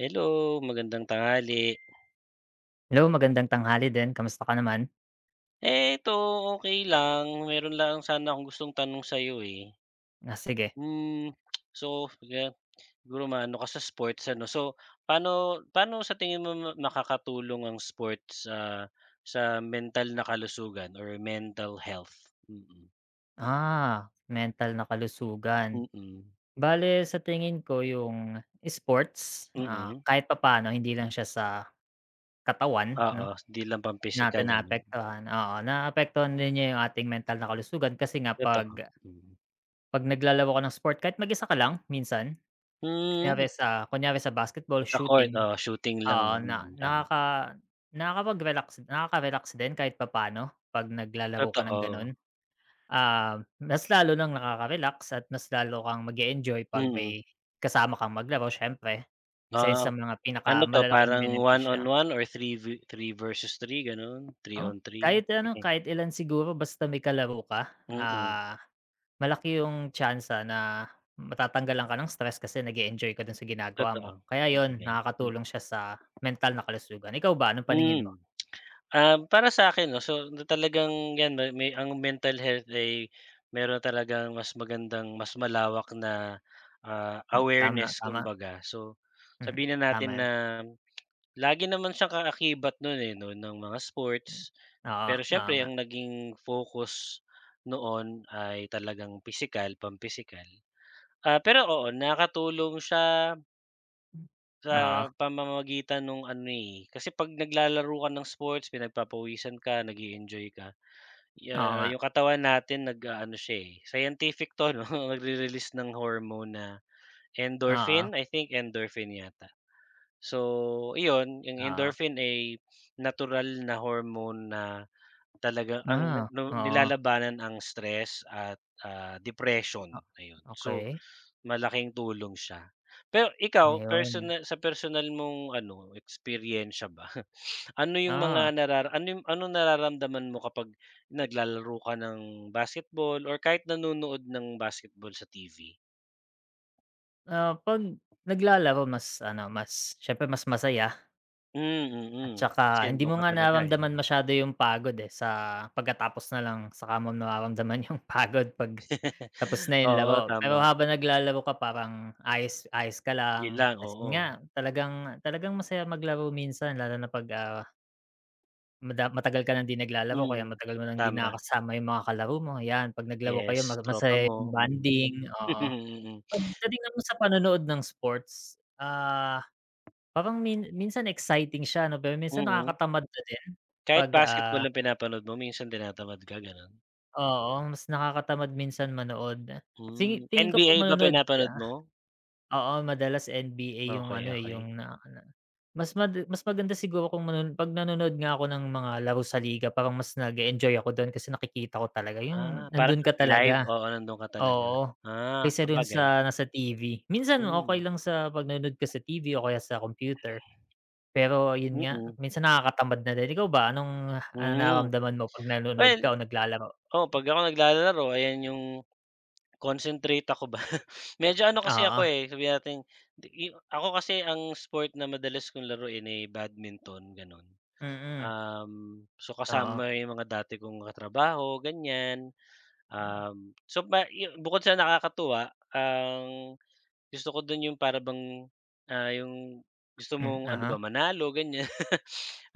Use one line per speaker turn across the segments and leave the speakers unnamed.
Hello, magandang tanghali.
Hello, magandang tanghali din, kamusta ka naman?
Ito okey lang. Meron lang sana akong gustong tanong sa'yo, eh.
Ah, sige.
Hmm, so ga siguro maano ka sa sports ano. So, paano paano sa tingin mo na nakakatulong ang sports sa mental na kalusugan or mental health? Mm,
Ah, mental na kalusugan.
mm,
Bale sa tingin ko yung sports,
mm.
kahit papaano hindi lang siya sa katawan 'no,
Oo, hindi lang
natin
pampisikal ano.
naapektuhan, oo, naapektuhan din niya yung ating mental na kalusugan kasi nga 'pag
Totoo, mm.
'pag naglalaro ka ng sport kahit mag-isa ka lang minsan,
Hmm,
kunyari sa basketball,
sa court,
shooting,
oo, shooting lang
oo,
'no,
na
mm, tama.
nakaka-relax din kahit papaano 'pag naglalaro ka ng
Totoo,
gano'n. Mas lalo ng nakaka-relax at mas lalo kang mag-e-enjoy 'pag
mm.
may kasama kang maglaro siyempre. Isa 'yun
Ah,
sa mga
ano 'to,
pinakamalalaking
parang one on
benepisyo,
one or three v three versus three gano'n? Three
oo.
on three?
Kahit ano, kahit ilan siguro basta may kalaro ka,
Mm,
ah, malaki yung tyansa na matatanggalan ka ng stress kasi nag-e-enjoy ka dun sa ginagawa mo.
totoo,
Kaya 'yun,
sabagay.
nakakatulong siya sa mental na kalusugan. Ikaw ba, anong paningin mo?
Hmm, ah, para sa'kin 'no, talagang 'yan may ang mental health ay meron talagang mas magandang mas malawak na, ah,
Hmm, tama,
awareness
tama.
kumbaga. So,
Mhm,
sabihin na
tama
natin
'yun.
na lagi naman siyang kaakibat no'n, eh, 'no, ng mga
Hmm.
sports.
Oo,
Pero
oo
siyempre
nga.
ang naging focus noon ay talagang pisikal, pampisikal. Ah, pero oo, nakakatulong siya
Hmm.
sa
Oo,
pamamagitan nung ano, eh, kasi 'pag naglalaro ka ng sports, pinagpapawisan ka, nag-e-enjoy ka,
oo
ah,
nga.
yung katawan natin nag-aano siya, eh, scientific 'to 'no, nagre-release ng hormone na
Oo,
endorphin,
oo.
I think endorphin yata. So, iyon yung
Oo.
endorphin ay natural na hormone na talaga ang
Ah,
nu
oo.
nilalabanan ang stress at, ah, depression,
Ah,
ayun. So,
okey,
malaking tulong siya. Pero ikaw
ayun.
personal, sa personal mong ano, experience ba,
Ah,
ano yung anong nararamdaman mo kapag naglalaro ka ng basketball or kahit nanonood ng basketball sa TV?
ah, 'pag naglalaro mas ano, mas siyempre mas masaya
Hmm, mm, mm,
at
mm. Kasi
saka hindi
andun
mo
ka
nga
talaga, eh.
nararamdaman masyado yung pagod, eh, sa pagkatapos na lang saka mo nararamdaman yung pagod 'pag tapos na yung
Oo,
laro. Pero
tama.
habang naglalaro ka parang ayos ayos ka
Yun
lang,
lang,
kasi
oo.
nga talagang talagang masaya maglaro minsan lalo na 'pag, ah Mada matagal ka nang 'di naglalaro kaya
Mm,
matagal mo nang 'di
tama.
nakakasama yung mga kalaro mo, ayan 'pag naglaro kayo
Yes, tropa
masaya yung
mo,
bonding,
mm.
oo. Pagdating naman sa panonood ng sports, ah, parang minsan exciting siya 'no, pero
Mm,
minsan
mm.
nakakatamad na din
Kahit
'pag, ah
basketball ang pinapanood mo minsan tinatamad ka gano'n?
oo, mas nakakatamad minsan manood.
Hmm,
Tingin ko
NBA
'pag
ba
manonood
pinapanood
ka.
mo?
Oo, madalas NBA yung
Okey,
ano, eh,
okey.
yung na na mas maganda siguro kung 'pag nanonood nga ako ng mga laro sa liga parang mas nag enjoy ako dun kasi nakikita ko talaga yung
Ah, para
nandun ka
live,
talaga,
oo, nandun ka talaga.
oo.
Ah,
Kaysa dun
sabagay,
sa nasa TV. Minsan
hmm,
okey lang sa 'pag nanonood ka sa TV o kaya sa computer, pero yun nga,
mm,
minsan nakakatamad na din. Ikaw ba anong,
hmm.
nararamdaman mo 'pag nanonood
Well,
ka o naglalaro?
oh 'pag ako naglalaro ayan yung concentrate ako ba. Medyo ano kasi ako,
Oo,
eh, sabi natin di i ako kasi ang sport na madalas kong laruin, eh, badminton, gano'n.
mm,
So
oo,
kasama yung mga dati kong katrabaho, ganyan.
hmm,
So ba yu Bukod sa nakakatuwa, ang gusto ko dun yung para bang, ah, yung gusto
hmm,
mong ano ba,
aha,
manalo, ganyan.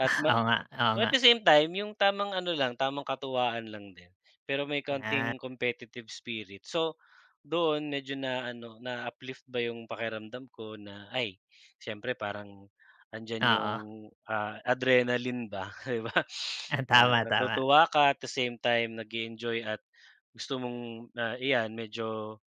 At
oo
well,
nga,
at the same time, yung tamang ano lang, tamang katuwaan lang din. Pero may
ah,
kaunting competitive spirit. So, doon medyo na ano, na-uplift ba yung pakiramdam ko na, ay, siyempre parang andiyan yung,
oo.
ah, adrenaline ba, 'di ba?
Ah,
Ah,
tama, tama.
natutuwa ka at the same time, nag enjoy at gusto mong, ah, iyan medyo,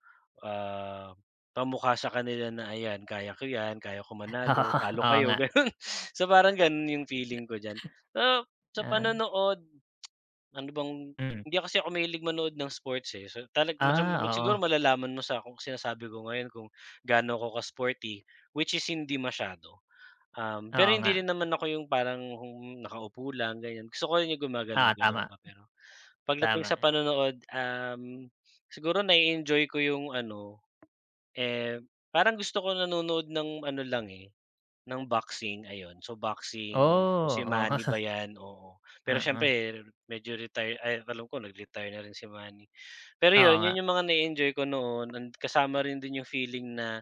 ah, pamukha sa kanila na, "Ayan, kaya ko 'yan, kaya ko
Oo,
manalo, talo
oo nga.
kayo." Gano'n. So, parang gano'n yung feeling ko diyan. Ah, sa
Oo,
panonood, ano bang
mm.
hindi kasi ako mahilig manood ng sports, eh. So, talag mas
Ah,
siguro
oo.
malalaman mo sa kung sinasabi ko ngayon kung gaano ako ka-sporty, which is hindi masyado. Pero
Oo nga.
hindi rin naman ako yung nakaupo lang, ganyan. Gusto ko rin yung
Oo,
gumagalaw-galaw
tama,
pa, pero pagdating
tama.
sa panonood, um, siguro na enjoy ko yung ano, eh, parang gusto ko nanonood ng ano lang, eh, ng boxing, ayun. So, boxing kung
Oh,
si
oo.
Manny ba 'yan, oo. Pero
Oo.
siyempre medyo retire, ay alam ko nag-retire na rin si Manny. Pero
Oo
'yun,
nga.
'yun yung mga na enjoy ko noon, and kasama rin din yung feeling na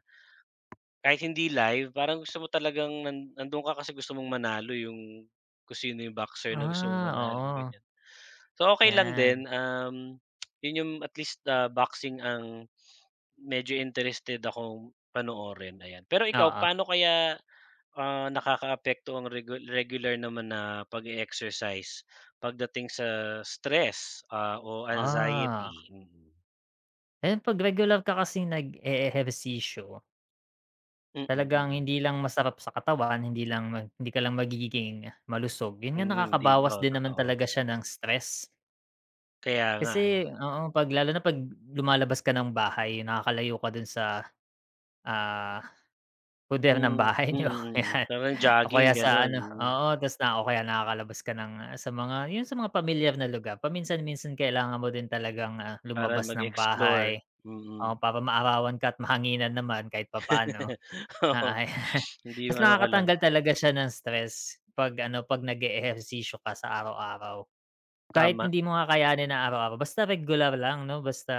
kahit hindi live parang gusto mo talagang nando'n ka kasi gusto mong manalo yung kung sino yung boxer na gusto mong
Ah,
manalo,
oo,
ganiyan. So, okay lang din,
'yan.
um, 'yun yung at least, ah, boxing ang medyo interested akong panoorin, ayan. Pero ikaw,
Oo,
paano kaya, ah, nakakaapekto ang regular naman na pag exercise pagdating sa stress, ah, o
ah.
anxiety, mm.
Ayun 'pag regular ka kasing nag-e-ehersisyo,
Mm,
talagang
mm.
hindi lang masarap sa katawan, hindi lang hindi ka lang magiging malusog. 'Yun
Mm,
nga,
mm, di
nakakabawas
oo,
din naman
totoo.
talaga siya ng stress.
Kaya nga, eh.
Kasi oo, 'pag lalo na 'pag lumalabas ka ng bahay, nakakalayo ka dun sa, ah
Mm,
Puder ng
mm,
bahay
mm,
niyo,
mm, mm.
yan.
Parang
O
jogging
kaya sa
gano'n,
ano
mm.
oo, ta's na o kaya nakakalabas ka ng, sa mga pamilyar na lugar. Paminsan-minsan kailangan mo din talagang,
Para
lumabas ng
mag-explore,
bahay,
mm, mm.
oo, para maarawan ka at mahanginan naman kahit papaano. Oo,
Oo,
ayan.
hindi
Ta's
yung ano ka lang
nakakatanggal talaga siya ng stress 'pag ano, 'pag nag-eehersisyo ka sa araw-araw. Kahit
tama.
hindi mo kakayanin na araw-araw, basta regular lang 'no, basta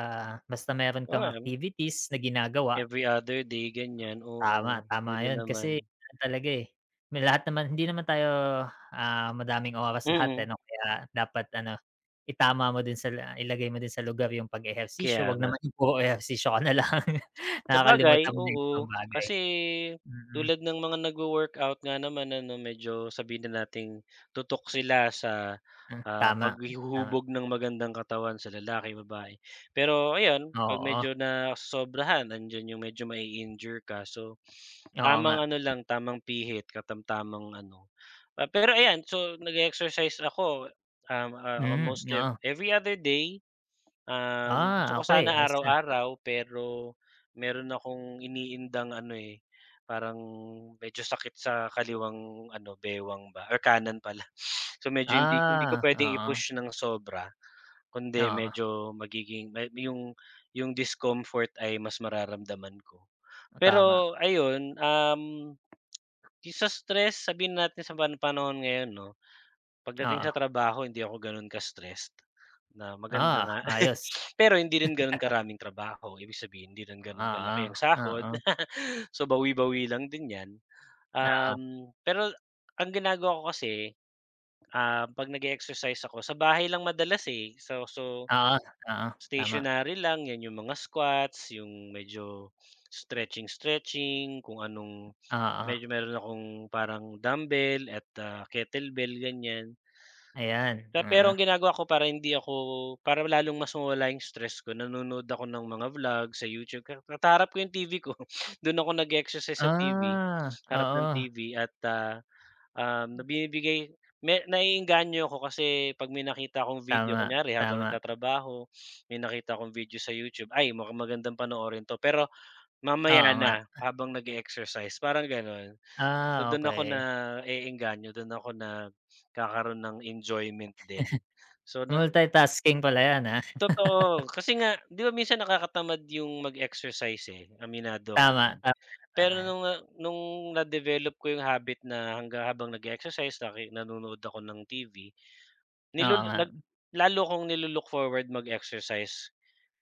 basta meron
Oo,
kang
em,
activities na ginagawa.
every other day ganyan,
Tama,
oo,
tama
pwede
'yun kasi
naman.
ano talaga, eh, may lahat naman hindi naman tayo, madaming
Mm,
oras lahat, eh,
mm,
'no, kaya dapat ano, itama mo din sa la ilagay mo din sa lugar yung pag-ehersisyo,
kaya
'wag
nga.
naman yung puro ehersisyo ka na lang, nakakalimutan
Sabagay,
mo na yung ibang
oo.
bagay.
Kasi
Mm,
tulad ng mga nagwo-workout nga naman ano, medyo sabihin na nating tutok sila sa,
hmm,
ah,
tama, tama.
paghihuhubog ng magandang katawan sa lalaki, babae. Pero ayun, 'pag
Oo,
medyo nasosobrahan, andiyan yung medyo mai-injure ka. So,
oo nga.
tamang ano lang, tamang pihit, katamtamang ano. Ah, pero ayan, so nag-e-exercise ako, um, ah,
Hmm,
almost
oo.
every other day. Um, gusto
Ah,
ko
okey
sana
ayos 'yun.
araw-araw pero meron akong iniindang ano, eh, parang medyo sakit sa kaliwang ano, bewang ba or kanan pala. So, medyo hindi hindi ko
Ah,
puwedeng
oo,
i-push ng sobra kundi
oo nga,
medyo magiging may yung discomfort ay mas mararamdaman ko.
tama,
Pero ayun, um, yung sa stress sabihin natin sa panahon ngayon 'no, pagdating
oo.
sa trabaho hindi ako gano'n ka-stressed na maganda
Ah,
nga
ayos.
pero hindi rin gano'n karaming trabaho, ibig sabihin hindi rin gano'n
Oo,
kalaki ang
oo,
sahod,
oo.
so bawi-bawi lang din 'yan.
Ah,
Um, pero ang ginagawa ko kasi, ah, 'pag nag exercise ako sa bahay lang madalas, eh. So
oo, oo, tama.
stationary lang, 'yan yung mga squats, yung medyo stretching-stretching, kung anong
Oo,
medyo meron akong parang dumbbell at, ah, kettlebell, ganiyan.
ayan,
Na pero
oo.
ang ginagawa ko para hindi ako, para lalong mas mawala yung stress ko, nanonood ako ng mga vlog sa YouTube ka kaharap ko yung TV ko. Do'n ako nag-exercise sa TV,
Ah,
harap ng
oo,
TV at, ah, um, na binibigay me naiengganyo ako kasi 'pag may nakita akong video
tama,
kunyari habang
tama.
nagtatrabaho, may nakita akong video sa YouTube, "Ay mukhang magandang panoorin 'to." Pero
Oo
mamaya
nga.
na, habang nag-e-exercise, parang gano'n. So,
Ah,
do'n ako
okey.
naeengganyo, do'n ako nagkakaroon ng enjoyment din. So, na
Multitasking pala 'yan, ah.
Totoo, kasi nga 'di ba minsan nakakatamad yung mag-exercise, eh, aminado ako
Tama,
diyan.
tama 'yan, tama
Pero
'yan.
nung, ah, nung na-develop ko yung habit na hanggang habang nag-e-exercise nanonood ako ng TV,
Oo
Nilul
nga.
nag lalo akong nilu-look forward mag-exercise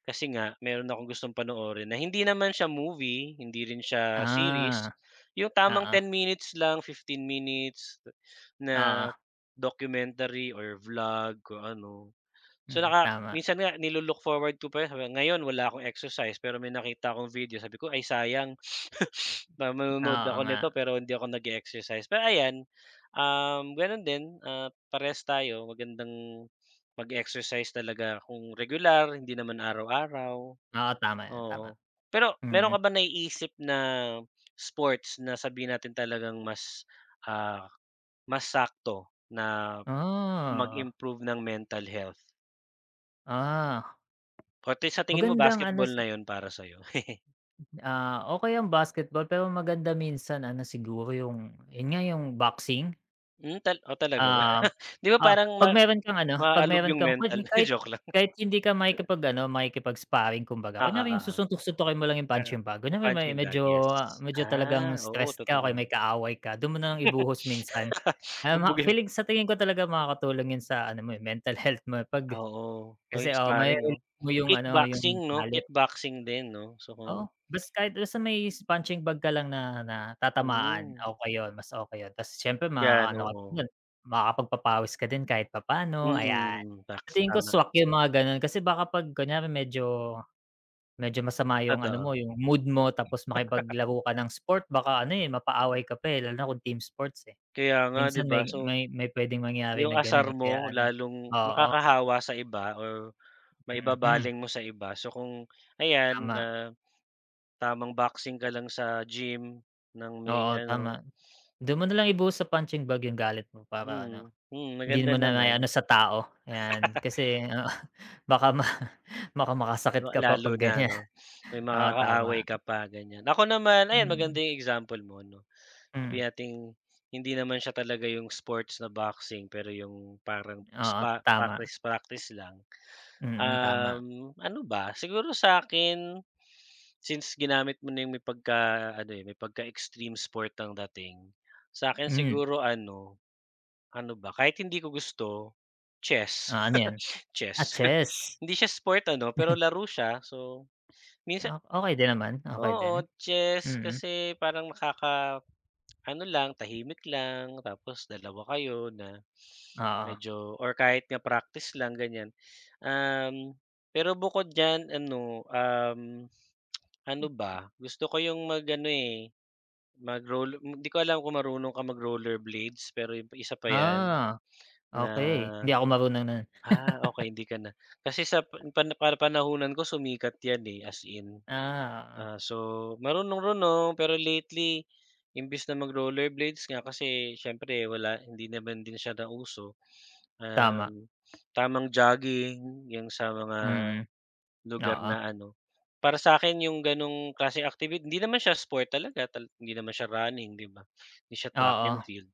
kasi nga meron akong gustong panoorin na hindi naman siya movie, hindi rin siya series,
Ah,
yung tamang
oo,
10 minutes lang, 15 minutes
oo,
na documentary or vlog o ano. So,
mm, tama.
minsan nga nilu-look forward ko pa, sabi, ngayon wala akong exercise pero may nakita akong video, sabi ko, "Ay sayang na manonood
Oo
ako
nga.
nito pero hindi ako nag exercise." Pero ayan, um, gano'n din, ah, parehas tayo, magandang mag-exercise talaga kung regular, hindi naman araw-araw,
Oo, tama 'yan,
oo.
tama.
Pero meron
Mm.
ka ba naiisip na sports na sabihin natin talagang mas, ah, mas sakto na
Ah,
mag-improve ng mental health?
ah,
Or sa tingin mo
magandang ano
basketball
si
na yon para sa'yo?
ah, okey ang basketball pero maganda minsan ano siguro yung, yun nga yung boxing?
Hmm, talaga ba?
Ah,
'Di ba parang ma
'Pag meron kang ano, 'pag
maalog
meron
yung
kang
mental?
kahit
Joke lang.
kahit hindi ka makikipag-ano, makikipag-sparring kumbaga,
Oo,
kunyari yung
oo.
susuntok-suntokin mo lang yung
Ah,
punching bag,
sa
kunyari may
punching bag, yes.
medyo talagang
Ah, oo
stressed ka o kaya
totoo.
may kaaway ka, do'n mo na lang ibuhos minsan. Ah,
Bugbugin,
feeling sa tingin ko talaga makakatulong 'yun sa ano mo, eh, mental health mo, eh. 'pag
oo, uy
kasi, oo,
sparring 'no?
mare-relieve mo yung ano,
Kickboxing
yung
'no,
galit,
kickboxing din 'no? So kung
oo. Kahit basta may punching bag ka lang na na tatamaan,
hmm,
okey 'yun, mas okey 'yun. Ta's siyempre
'yan
maaano ka din
oo.
nun, makakapagpapawis ka din kahit papaano,
Mm, mm,
sa tingin ko
tama,
swak yung mga gano'n kasi baka 'pag kunyari medyo medyo masama yung ano
totoo.
mo, yung mood mo tapos makipaglaro ka ng sport baka ano, eh, mapaaway ka pa, eh, lalo na kung team sports, eh.
Kaya nga 'di
Minsan
ba? So,
may puwedeng mangyari
yung
na gano'n,
asar
eh, kaya
mo
ano
lalong
oo,
makakahawa sa iba or
mhm,
maibabaling mo sa iba. So kung ayan,
tama.
ah, tamang boxing ka lang sa gym ng may
Oo,
ano,
tama. Do'n mo na lang ibuhos sa punching bag yung galit mo para
mm,
ano,
hmm,
hindi
maganda
mo na
naman.
maiano sa tao, ayan. Kasi oo, baka ma baka makasakit
La,
ka pa
lalo
'pag
na
ganyan.
'no, may
Oo,
makakaaway
tama.
ka pa ganyan. Ako naman, ayan
Mm,
maganda yung example mo 'no,
hmm,
sabihin nating hindi naman siya talaga yung sports na boxing pero yung parang
oo,
spa
tama.
practice practice lang.
Mm, tama.
Um, ano ba, siguro sa'kin, since ginamit mo na yung may pagka-ano, eh, may pagka-extreme sport ang dating, sa'kin
Mm,
siguro ano, ano ba, kahit hindi ko gusto, chess,
ano yan? Ah,
chess.
chess.
Hindi siya sport ano, pero laro siya so minsan.
Ah, okey din naman, okey din.
Oo, chess
Mm,
kasi parang nakaka-ano lang, tahimik lang tapos dalawa kayo na
oo.
medyo or kahit nga practice lang ganyan. Um, pero bukod diyan ano, um, ano ba, gusto ko yung mag-ano, eh, mag-roller, hindi ko alam kung marunong ka mag-rollerblades pero yung isa pa 'yan
Ah,
na,
okey. Hindi ako marunong nun.
ah, okey hindi ka na. Kasi sa panahunan ko sumikat 'yan, eh, as in.
Ah, oo.
Ah, so marunong-runong pero lately imbis na mag-rollerblades nga, kasi siyempre wala, hindi naman din siya nauso,
Tama,
um, tamang jogging yung sa mga
mm,
lugar
oo.
na ano, para sa akin yung gano'ng klaseng activity hindi naman siya sport talaga, hindi naman siya running, 'di ba? Hindi siya track
Oo,
and field.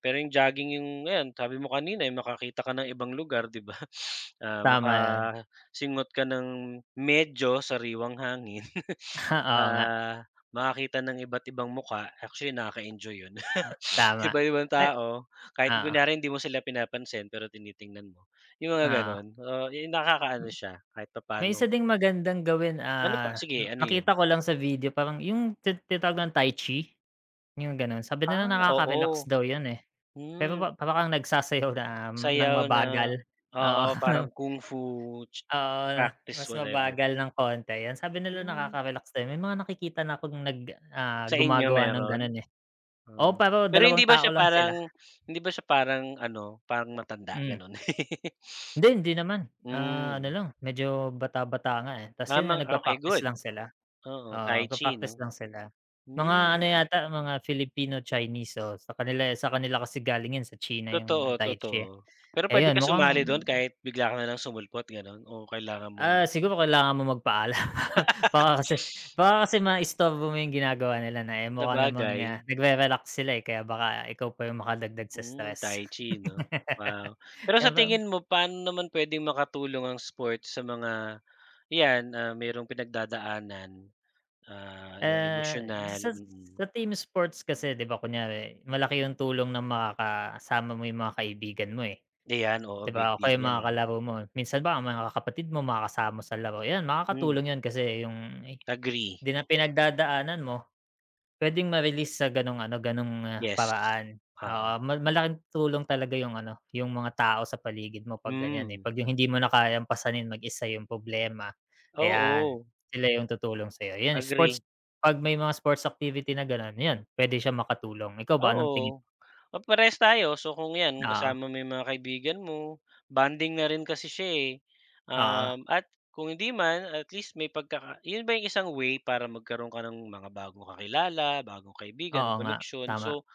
Pero yung jogging yung ayan, sabi mo kanina, yung makakita ka ng ibang lugar, 'di ba? Ah,
tama 'yun.
makasingot ka ng medyo sariwang hangin.
Oo nga,
Ah, makakita ng iba't ibang muka, actually nakaka-enjoy yun.
tama.
Iba-ibang
At
tao, kahit
oo,
kunyari hindi mo sila pinapansin pero tinitingnan mo, yung mga
oo.
gano'n. Oo, yung nakakaano siya kahit
May
paano,
isa ding magandang gawin,
ano pa? Sige, ano yun?
nakita ko lang sa video parang yung tinatawag nilang Tai Chi, yung gano'n. Sabi nila
Ah,
nakaka-relax
oo.
daw 'yun, eh, pero
Hmm,
pa para kang nagsasayaw na ng
sayaw na,
mabagal,
oo,
oo.
parang kung fu, ch
Oo,
practice,
mas
whatever.
mabagal ng konti 'yan. Sabi nila
Hmm,
nakaka-relax daw may mga nakikita na akong
sa inyo
gumagawa ng gano'n,
meron?
eh.
Ah,
Oo, pero
pero
dalawang
hindi ba
tao
siya
lang sila,
parang hindi ba siya parang ano, parang matanda,
mm.
gano'n?
Hindi, hindi naman, ano
Hmm,
lang medyo bata-bata nga, eh, ta's 'yun nga
tamang okey,
nagpa-practice
good.
lang sila,
Oo,
oo,
Tai Chi 'no?
nagpa-practice lang sila. Mga
Hmm,
ano yata, mga Filipino-Chinese, oo, sa kanila kasi galingin sa China
totoo,
'yung Tai
totoo.
Chi, eh.
Pero puwede
Ayun,
ka
mukhang
sumali don, kahit bigla ka nalang sumulpot, gano'n? O kailangan mong
Siguro kailangan mo magpaalam. Baka kasi maistorbo mo yung ginagawa nila na, eh, mukha namang,
sabagay.
nagre-relax sila, eh, kaya baka ikaw pa yung makadagdag sa
Hmm, Tai
stress.
Chi 'no? Wow. Pero
Ayan
sa
ba,
tingin mo paano naman puwedeng makatulong ang sports sa mga 'yan, ah, merong pinagdadaanan, ah, na
ah,
emosyonal,
sa
mm.
sa team sports kasi 'di ba kunyari malaki yung tulong ng makakasama mo yung mga kaibigan mo, eh,
Ayan, oo,
'di
big
ba o
deal
kaya 'yung
'yan,
mga
eh.
kalaro mo. Minsan ba ang mga kapatid mo makakasama mo sa laro, 'yan
Hmm,
makakatulong 'yan kasi yung, eh,
agree.
'di na pinagdadaanan mo. Puwedeng ma-release sa gano'ng ano,
Yes.
paraan. Oo,
Oo.
malaking tulong talaga yung ano, yung mga tao sa paligid mo 'pag ganyan, eh,
Hmm,
'pag yung hindi mo na kayang pasanin mag-isa yung problema, ayan,
oo,
sila yung tutulong sa'yo. Yun sports
agree.
'pag may mga sports activity na gano'n, 'yan, puwede siyang makatulong. Ikaw ba, anong tingin
Oo.
mo?
Oh, parehas tayo. So, kung 'yan
Oo,
kasama mo yung mga kaibigan mo, bonding na rin kasi siya, eh.
oo,
Um, at kung hindi man, at least may pagkaka 'yun ba yung isang way para magkaroon ka ng mga bagong kakilala, bagong kaibigan,
oo nga,
koneksyon.
tama,
So,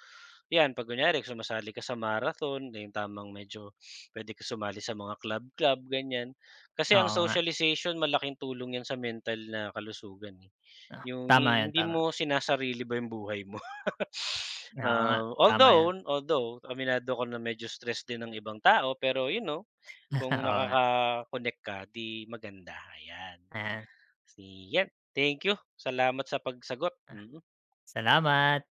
'yan 'pag kunyari sumasali ka sa marathon, na yung tamang medyo pwede ka sumali sa mga club-club, ganyan, kasi ang
oo nga,
socialization malaking tulong 'yan sa mental na kalusugan, eh.
oh,
Yung
tama 'yan,
hindi
tama.
mo sinasarili ba yung buhay mo.
Oo nga,
Ah,
tama
although
'yan,
although aminado ako na medyo stress din ng ibang tao, pero you know, kung
oo nga,
makaka-connect ka 'di maganda, ayan.
ayan.
Si yan, thank you, salamat sa pagsagot, mm.
Salamat.